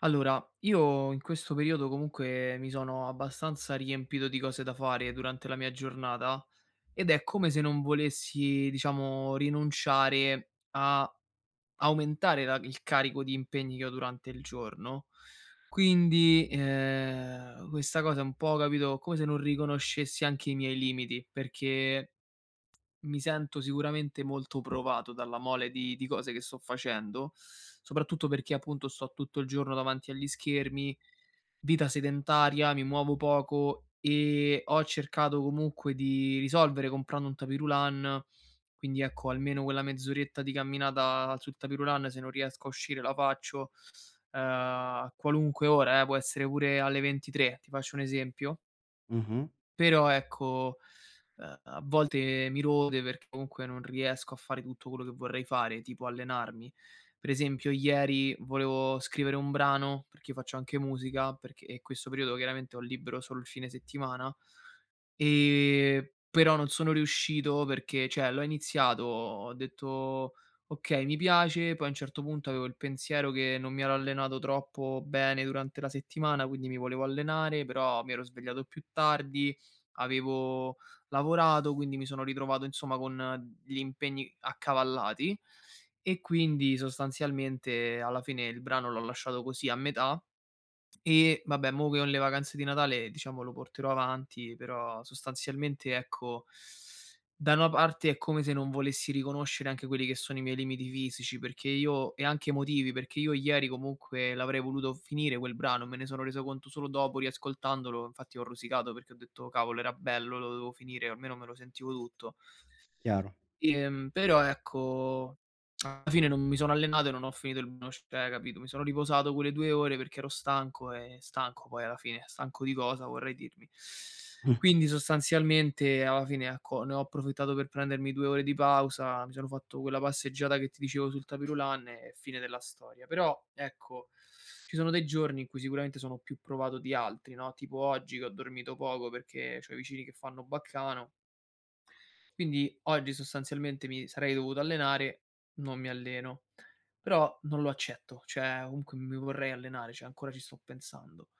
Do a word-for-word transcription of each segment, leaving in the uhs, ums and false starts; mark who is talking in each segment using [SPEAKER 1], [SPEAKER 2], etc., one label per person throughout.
[SPEAKER 1] Allora, io in questo periodo comunque mi sono abbastanza riempito di cose da fare durante la mia giornata ed è come se non volessi, diciamo, rinunciare a aumentare la- il carico di impegni che ho durante il giorno. Quindi eh, questa cosa è un po', capito, come se non riconoscessi anche i miei limiti, perché mi sento sicuramente molto provato dalla mole di di cose che sto facendo, soprattutto perché appunto sto tutto il giorno davanti agli schermi, vita sedentaria, mi muovo poco e ho cercato comunque di risolvere comprando un tapis roulant, quindi ecco almeno quella mezz'oretta di camminata sul tapis roulant se non riesco a uscire la faccio, ehm, a qualunque ora eh, può essere pure alle ventitré, ti faccio un esempio.
[SPEAKER 2] Mh-mh.
[SPEAKER 1] Però ecco, ehm, a volte mi rode perché comunque non riesco a fare tutto quello che vorrei fare, tipo allenarmi. Per esempio ieri volevo scrivere un brano, perché io faccio anche musica, perché in questo periodo chiaramente ho libero solo il fine settimana, ehm, però non sono riuscito perché cioè l'ho iniziato, ho detto: "Okay, mi piace", poi a un certo punto avevo il pensiero che non mi ero allenato troppo bene durante la settimana, quindi mi volevo allenare, però mi ero svegliato più tardi, avevo lavorato, quindi mi sono ritrovato insomma con gli impegni accavallati e quindi sostanzialmente alla fine il brano l'ho lasciato così a metà e vabbè, mo che ho le vacanze di Natale, diciamo lo porterò avanti, però sostanzialmente, ecco, da una parte è come se non volessi riconoscere anche quelli che sono i miei limiti fisici, perché io, e anche emotivi, perché io ieri comunque l'avrei voluto finire quel brano, me ne sono reso conto solo dopo riascoltandolo, infatti ho rosicato perché ho detto: "Cavolo, era bello, lo dovevo finire, almeno me lo sentivo tutto".
[SPEAKER 2] Chiaro.
[SPEAKER 1] Ehm, però ecco, alla fine non mi sono allenato e non ho finito il brunch, cioè capito, mi sono riposato quelle due ore perché ero stanco e stanco poi alla fine, stanco di cosa vorrei dirmi.
[SPEAKER 2] Mh.
[SPEAKER 1] Quindi sostanzialmente alla fine ecco, ne ho approfittato per prendermi due ore di pausa, mi sono fatto quella passeggiata che ti dicevo sul tapis roulant e fine della storia. Però ecco, ci sono dei giorni in cui sicuramente sono più provato di altri, no, tipo oggi che ho dormito poco perché c'ho i vicini che fanno baccano, quindi oggi sostanzialmente mi sarei dovuto allenare, non mi alleno. Però non lo accetto, cioè comunque mi vorrei allenare, cioè ancora ci sto pensando.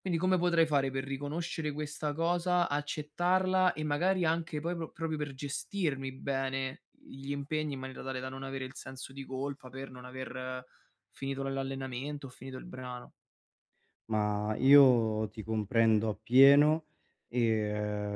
[SPEAKER 1] Quindi come potrei fare per riconoscere questa cosa, accettarla e magari anche poi pro proprio per gestirmi bene gli impegni in maniera tale da non avere il senso di colpa per non aver eh, finito l'allenamento o finito il brano.
[SPEAKER 2] Ma io ti comprendo appieno e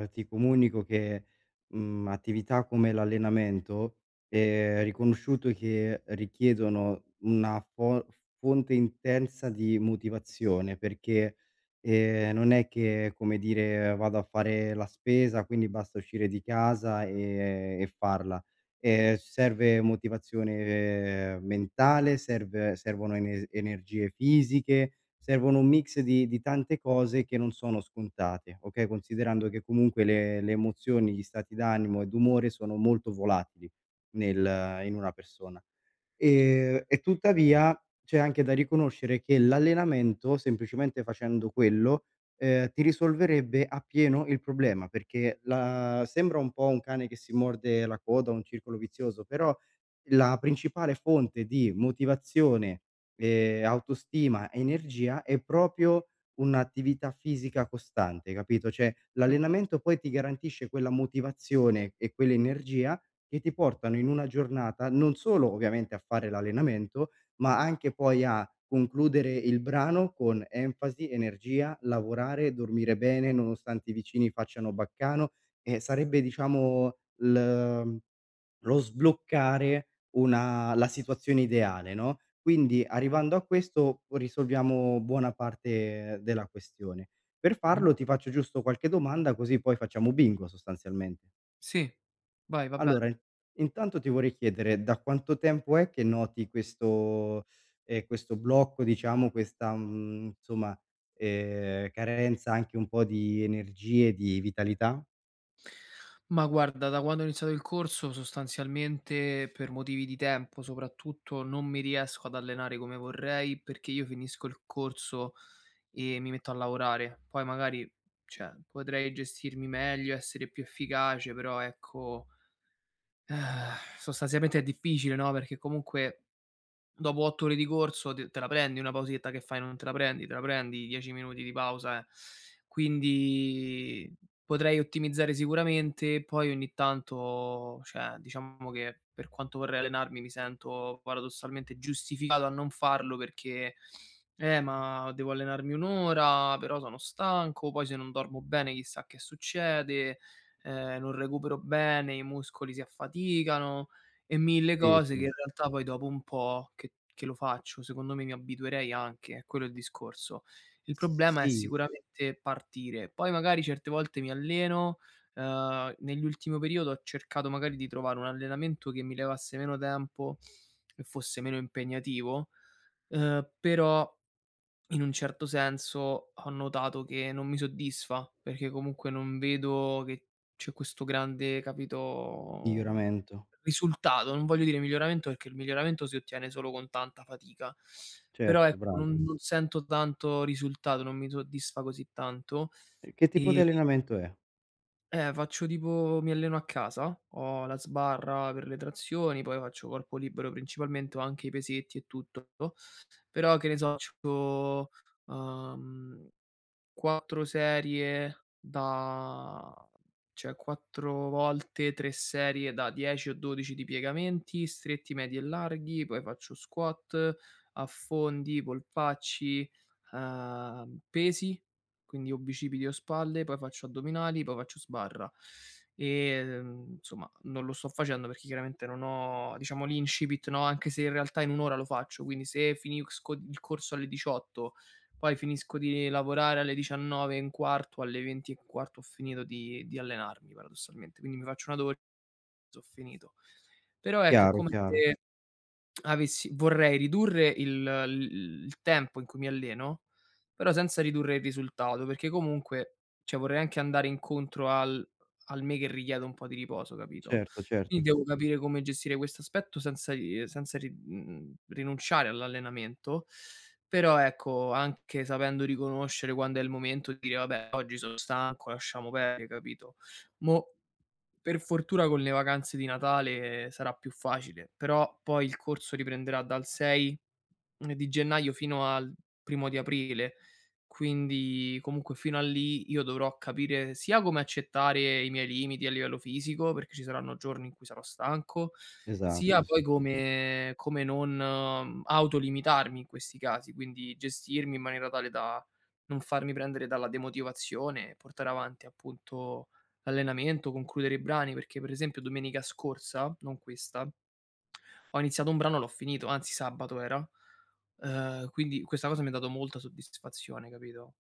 [SPEAKER 2] eh, ti comunico che, mhmm, attività come l'allenamento è riconosciuto che richiedono una fo fonte intensa di motivazione, perché, ehm, non è che, come dire, vado a fare la spesa, quindi basta uscire di casa e e farla. Ehm, serve motivazione eh, mentale, serve servono ene energie fisiche, servono un mix di di tante cose che non sono scontate, okay, considerando che comunque le le emozioni, gli stati d'animo e d'umore sono molto volatili nel in una persona. Ehm, e tuttavia c'è anche da riconoscere che l'allenamento, semplicemente facendo quello, ehm, ti risolverebbe appieno il problema, perché la sembra un po' un cane che si morde la coda, un circolo vizioso, però la principale fonte di motivazione, ehm, autostima, e energia è proprio un'attività fisica costante, capito, cioè l'allenamento poi ti garantisce quella motivazione e quell'energia che ti portano in una giornata non solo ovviamente a fare l'allenamento, ma anche poi a concludere il brano con enfasi, energia, lavorare, dormire bene nonostante i vicini facciano baccano. E sarebbe diciamo l lo sbloccare una la situazione ideale, no, quindi arrivando a questo risolviamo buona parte della questione. Per
[SPEAKER 1] Mh-mh.
[SPEAKER 2] farlo ti faccio giusto qualche domanda, così poi facciamo bingo sostanzialmente.
[SPEAKER 1] Sì, vai, va bene.
[SPEAKER 2] Allora, in intanto ti vorrei chiedere: da quanto tempo è che noti questo ehm, questo blocco, diciamo, questa, mhmm, insomma, ehm, carenza anche un po' di energie, di vitalità?
[SPEAKER 1] Ma guarda, da quando ho iniziato il corso sostanzialmente per motivi di tempo soprattutto, non mi riesco ad allenare come vorrei, perché io finisco il corso e mi metto a lavorare. Poi magari, cioè, potrei gestirmi meglio, essere più efficace, però ecco, eh, sostanzialmente è difficile, no, perché comunque dopo otto ore di corso ti te la prendi una pausetta, che fai? Non te la prendi? Te la prendi dieci minuti di pausa, eh. Quindi potrei ottimizzare sicuramente, poi ogni tanto cioè, diciamo che per quanto vorrei allenarmi, mi sento paradossalmente giustificato a non farlo perché: "Eh, ma devo allenarmi un' ora, però sono stanco, poi se non dormo bene chissà che succede, ehm, non recupero bene, i muscoli si affaticano". E mille
[SPEAKER 2] Sì,
[SPEAKER 1] cose che
[SPEAKER 2] sì.
[SPEAKER 1] in realtà poi dopo un po' che che lo faccio, secondo me mi abituerei anche, è quello il discorso. Il
[SPEAKER 2] S
[SPEAKER 1] problema è
[SPEAKER 2] sì,
[SPEAKER 1] sicuramente partire. Poi magari certe volte mi alleno, ehm, nell'ultimo periodo ho cercato magari di trovare un allenamento che mi levasse meno tempo e fosse meno impegnativo, ehm, però in un certo senso ho notato che non mi soddisfa, perché comunque non vedo che c'è questo grande, capito,
[SPEAKER 2] miglioramento.
[SPEAKER 1] risultato, non voglio dire miglioramento perché il miglioramento si ottiene solo con tanta fatica, però
[SPEAKER 2] Certo,
[SPEAKER 1] ecco
[SPEAKER 2] bravo.
[SPEAKER 1] non non sento tanto risultato, non mi soddisfa così tanto.
[SPEAKER 2] E che tipo di
[SPEAKER 1] ehm
[SPEAKER 2] allenamento è?
[SPEAKER 1] eh, Faccio tipo, mi alleno a casa, ho la sbarra per le trazioni, poi faccio corpo libero principalmente, ho anche i pesetti e tutto, però che ne so, faccio uhm quattro serie da, cioè quattro volte tre serie da dieci o dodici di piegamenti, stretti, medi e larghi, poi faccio squat, affondi, polpacci, ehm, pesi, quindi o bicipiti o spalle, poi faccio addominali, poi faccio sbarra. E Ehm, insomma, non lo sto facendo perché chiaramente non ho, diciamo, l'incipit, no, anche se in realtà in un' ora lo faccio, quindi se finisco il corso alle diciotto, poi finisco di lavorare alle diciannove e un quarto, alle venti e un quarto ho finito di di allenarmi paradossalmente, quindi mi faccio una doccia, ho finito. Però ecco, è
[SPEAKER 2] Chiaro,
[SPEAKER 1] come
[SPEAKER 2] chiaro.
[SPEAKER 1] se avessi vorrei ridurre il l il tempo in cui mi alleno, però senza ridurre il risultato, perché comunque, cioè vorrei anche andare incontro al al me che richiede un po' di riposo, capito?
[SPEAKER 2] Certo, certo.
[SPEAKER 1] Quindi devo capire come gestire questo aspetto senza ri senza ri mhmm, rinunciare all'allenamento, però ecco, anche sapendo riconoscere quando è il momento di dire: "Vabbè, oggi sono stanco, lasciamo perdere", capito? Mo per fortuna con le vacanze di Natale eh, sarà più facile, però poi il corso riprenderà dal sei di gennaio fino al primo di aprile, quindi comunque fino a lì io dovrò capire sia come accettare i miei limiti a livello fisico, perché ci saranno giorni in cui sarò stanco, sia
[SPEAKER 2] Esatto,
[SPEAKER 1] Mh.
[SPEAKER 2] sì.
[SPEAKER 1] poi come come non ehm, autolimitarmi in questi casi, quindi gestirmi in maniera tale da non farmi prendere dalla demotivazione e portare avanti appunto l'allenamento, concludere i brani, perché per esempio domenica scorsa, non questa, ho iniziato un brano, l'ho finito, anzi sabato era, ehm, quindi questa cosa mi ha dato molta soddisfazione, capito?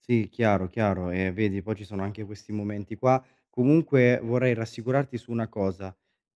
[SPEAKER 2] Sì, chiaro, chiaro. E vedi, poi ci sono anche questi momenti qua. Comunque vorrei rassicurarti su una cosa: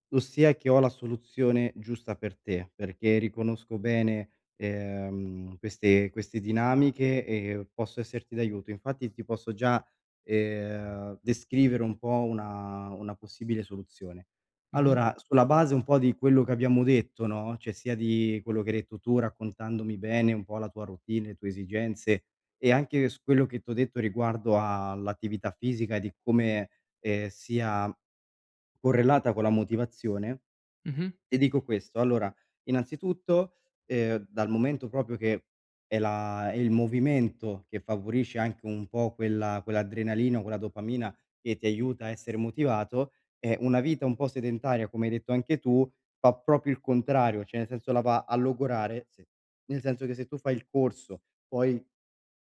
[SPEAKER 2] ossia che ho la soluzione giusta per te, perché riconosco bene, ehm, queste queste dinamiche e posso esserti d'aiuto. Infatti ti posso già, ehm, descrivere un po' una una possibile soluzione.
[SPEAKER 1] Mh-mh.
[SPEAKER 2] Allora, sulla base un po' di quello che abbiamo detto, no, cioè sia di quello che hai detto tu, raccontandomi bene un po' la tua routine, le tue esigenze e anche su quello che t'ho detto riguardo all'attività fisica e di come, ehm, sia correlata con la motivazione,
[SPEAKER 1] Mh-mh.
[SPEAKER 2] ti dico questo, allora innanzitutto, ehm, dal momento proprio che è la è il movimento che favorisce anche un po' quella quell'adrenalina, quella dopamina che ti aiuta a essere motivato, eh, una vita un po' sedentaria, come hai detto anche tu, fa proprio il contrario, cioè nel senso la va a logorare, se nel senso che se tu fai il corso, poi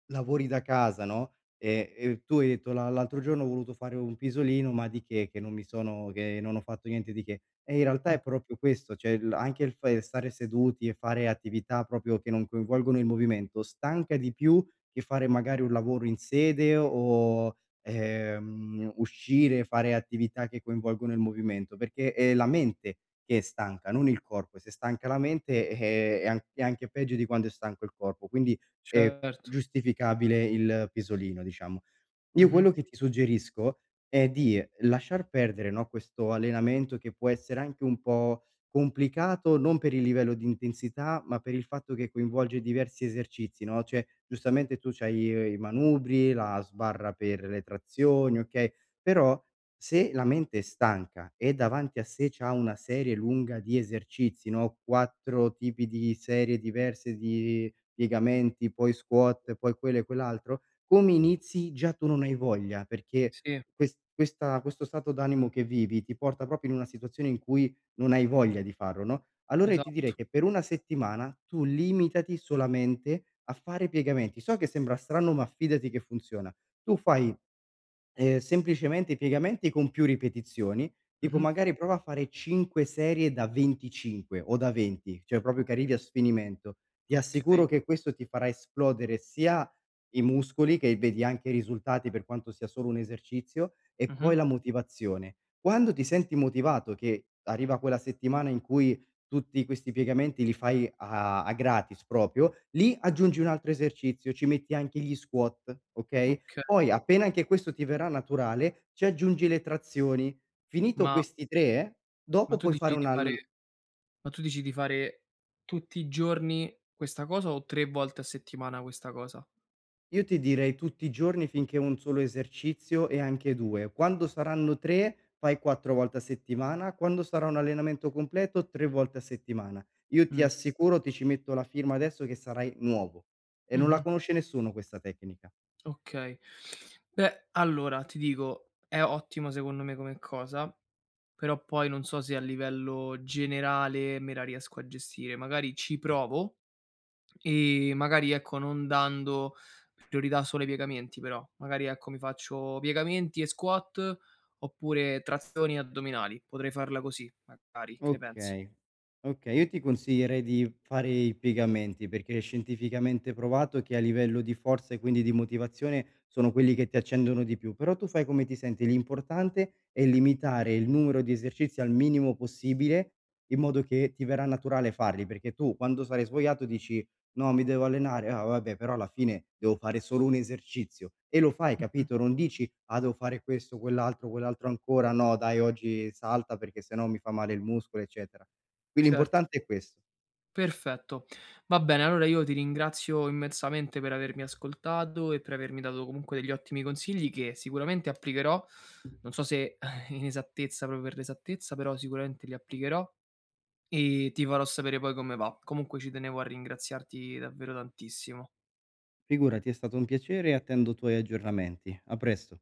[SPEAKER 2] lavori da casa, no, e e tu hai detto: "La L'altro giorno ho voluto fare un pisolino, ma di che? Che non mi sono che non ho fatto niente di che". E in realtà
[SPEAKER 1] Mh.
[SPEAKER 2] è proprio questo, cioè il anche il fa stare seduti e fare attività proprio che non coinvolgono il movimento, stanca di più che fare magari un lavoro in sede o, ehm, uscire e fare attività che coinvolgono il movimento, perché è la mente che è stanca, non il corpo. E Se è stanca la mente, eh, è an è anche peggio di quando è stanco il corpo. Quindi, ehm
[SPEAKER 1] Certo.
[SPEAKER 2] Giustificabile il pisolino diciamo. Io
[SPEAKER 1] Mh-mh.
[SPEAKER 2] quello che ti suggerisco è di eh, lasciar perdere, no, questo allenamento che può essere anche un po' complicato, non per il livello di intensità, ma per il fatto che coinvolge diversi esercizi, no, cioè giustamente tu c'hai eh, i manubri, la sbarra per le trazioni, okay, però se la mente è stanca e davanti a sé c'ha una serie lunga di esercizi, no, quattro tipi di serie diverse di piegamenti, poi squat, poi quello e quell'altro, come inizi già tu non hai voglia, perché
[SPEAKER 1] Sì.
[SPEAKER 2] ques questa questo stato d'animo che vivi ti porta proprio in una situazione in cui non hai voglia di farlo, no, allora io ti direi
[SPEAKER 1] Esatto.
[SPEAKER 2] che per una settimana tu limitati solamente a fare piegamenti. So che sembra strano, ma fidati che funziona. Tu fai Ehm, semplicemente i piegamenti con più ripetizioni, tipo
[SPEAKER 1] Mh-mh.
[SPEAKER 2] magari prova a fare cinque serie da venticinque o da venti, cioè proprio che arrivi a sfinimento. Ti assicuro
[SPEAKER 1] Okay.
[SPEAKER 2] che questo ti farà esplodere sia i muscoli, che vedi anche i risultati per quanto sia solo un esercizio, e
[SPEAKER 1] Mh-mh.
[SPEAKER 2] poi la motivazione. Quando ti senti motivato, che arriva quella settimana in cui tutti questi piegamenti li fai a a gratis proprio, lì aggiungi un altro esercizio, ci metti anche gli squat, okay,
[SPEAKER 1] Okay.
[SPEAKER 2] poi appena anche questo ti verrà naturale, ci aggiungi le trazioni. Finito
[SPEAKER 1] Ma
[SPEAKER 2] questi tre, dopo
[SPEAKER 1] ma tu
[SPEAKER 2] puoi fare
[SPEAKER 1] dici
[SPEAKER 2] un
[SPEAKER 1] di fare
[SPEAKER 2] al
[SPEAKER 1] ma tu dici di fare tutti i giorni questa cosa o tre volte a settimana questa cosa?
[SPEAKER 2] io ti direi tutti i giorni finché un solo esercizio e anche due. Quando saranno tre, fai quattro volte a settimana, quando sarà un allenamento completo tre volte a settimana. Io ti
[SPEAKER 1] Mh.
[SPEAKER 2] assicuro, ti ci metto la firma adesso che sarai nuovo e non la
[SPEAKER 1] Mh-mh.
[SPEAKER 2] conosce nessuno questa tecnica.
[SPEAKER 1] Okay. Beh, allora ti dico, è ottimo secondo me come cosa, però poi non so se a livello generale me la riesco a gestire. Magari ci provo e magari, ecco, non dando priorità solo ai piegamenti però. Magari, ecco, mi faccio piegamenti e squat oppure trazioni e addominali. Potrei farla così magari, che ne pensi?
[SPEAKER 2] Okay, okay. Io ti consiglierei di fare i piegamenti, perché è scientificamente provato che a livello di forza e quindi di motivazione sono quelli che ti accendono di più, però tu fai come ti senti. L'importante è limitare il numero di esercizi al minimo possibile, in modo che ti verrà naturale farli, perché tu quando sarai svogliato dici: "No, mi devo allenare. Ah, vabbè, però alla fine devo fare solo un esercizio". E lo fai, capito? Non dici: "Ah, devo fare questo, quell'altro, quell'altro ancora, no dai oggi salta perché se no mi fa male il muscolo", eccetera. Qui
[SPEAKER 1] Certo.
[SPEAKER 2] l'importante è questo.
[SPEAKER 1] Perfetto. Va bene, allora io ti ringrazio immensamente per avermi ascoltato e per avermi dato comunque degli ottimi consigli che sicuramente applicherò. Non so se in esattezza, proprio per l'esattezza, però sicuramente li applicherò e ti farò sapere poi come va. Comunque ci tenevo a ringraziarti davvero tantissimo.
[SPEAKER 2] Figurati, è stato un piacere e attendo i tuoi aggiornamenti. A presto.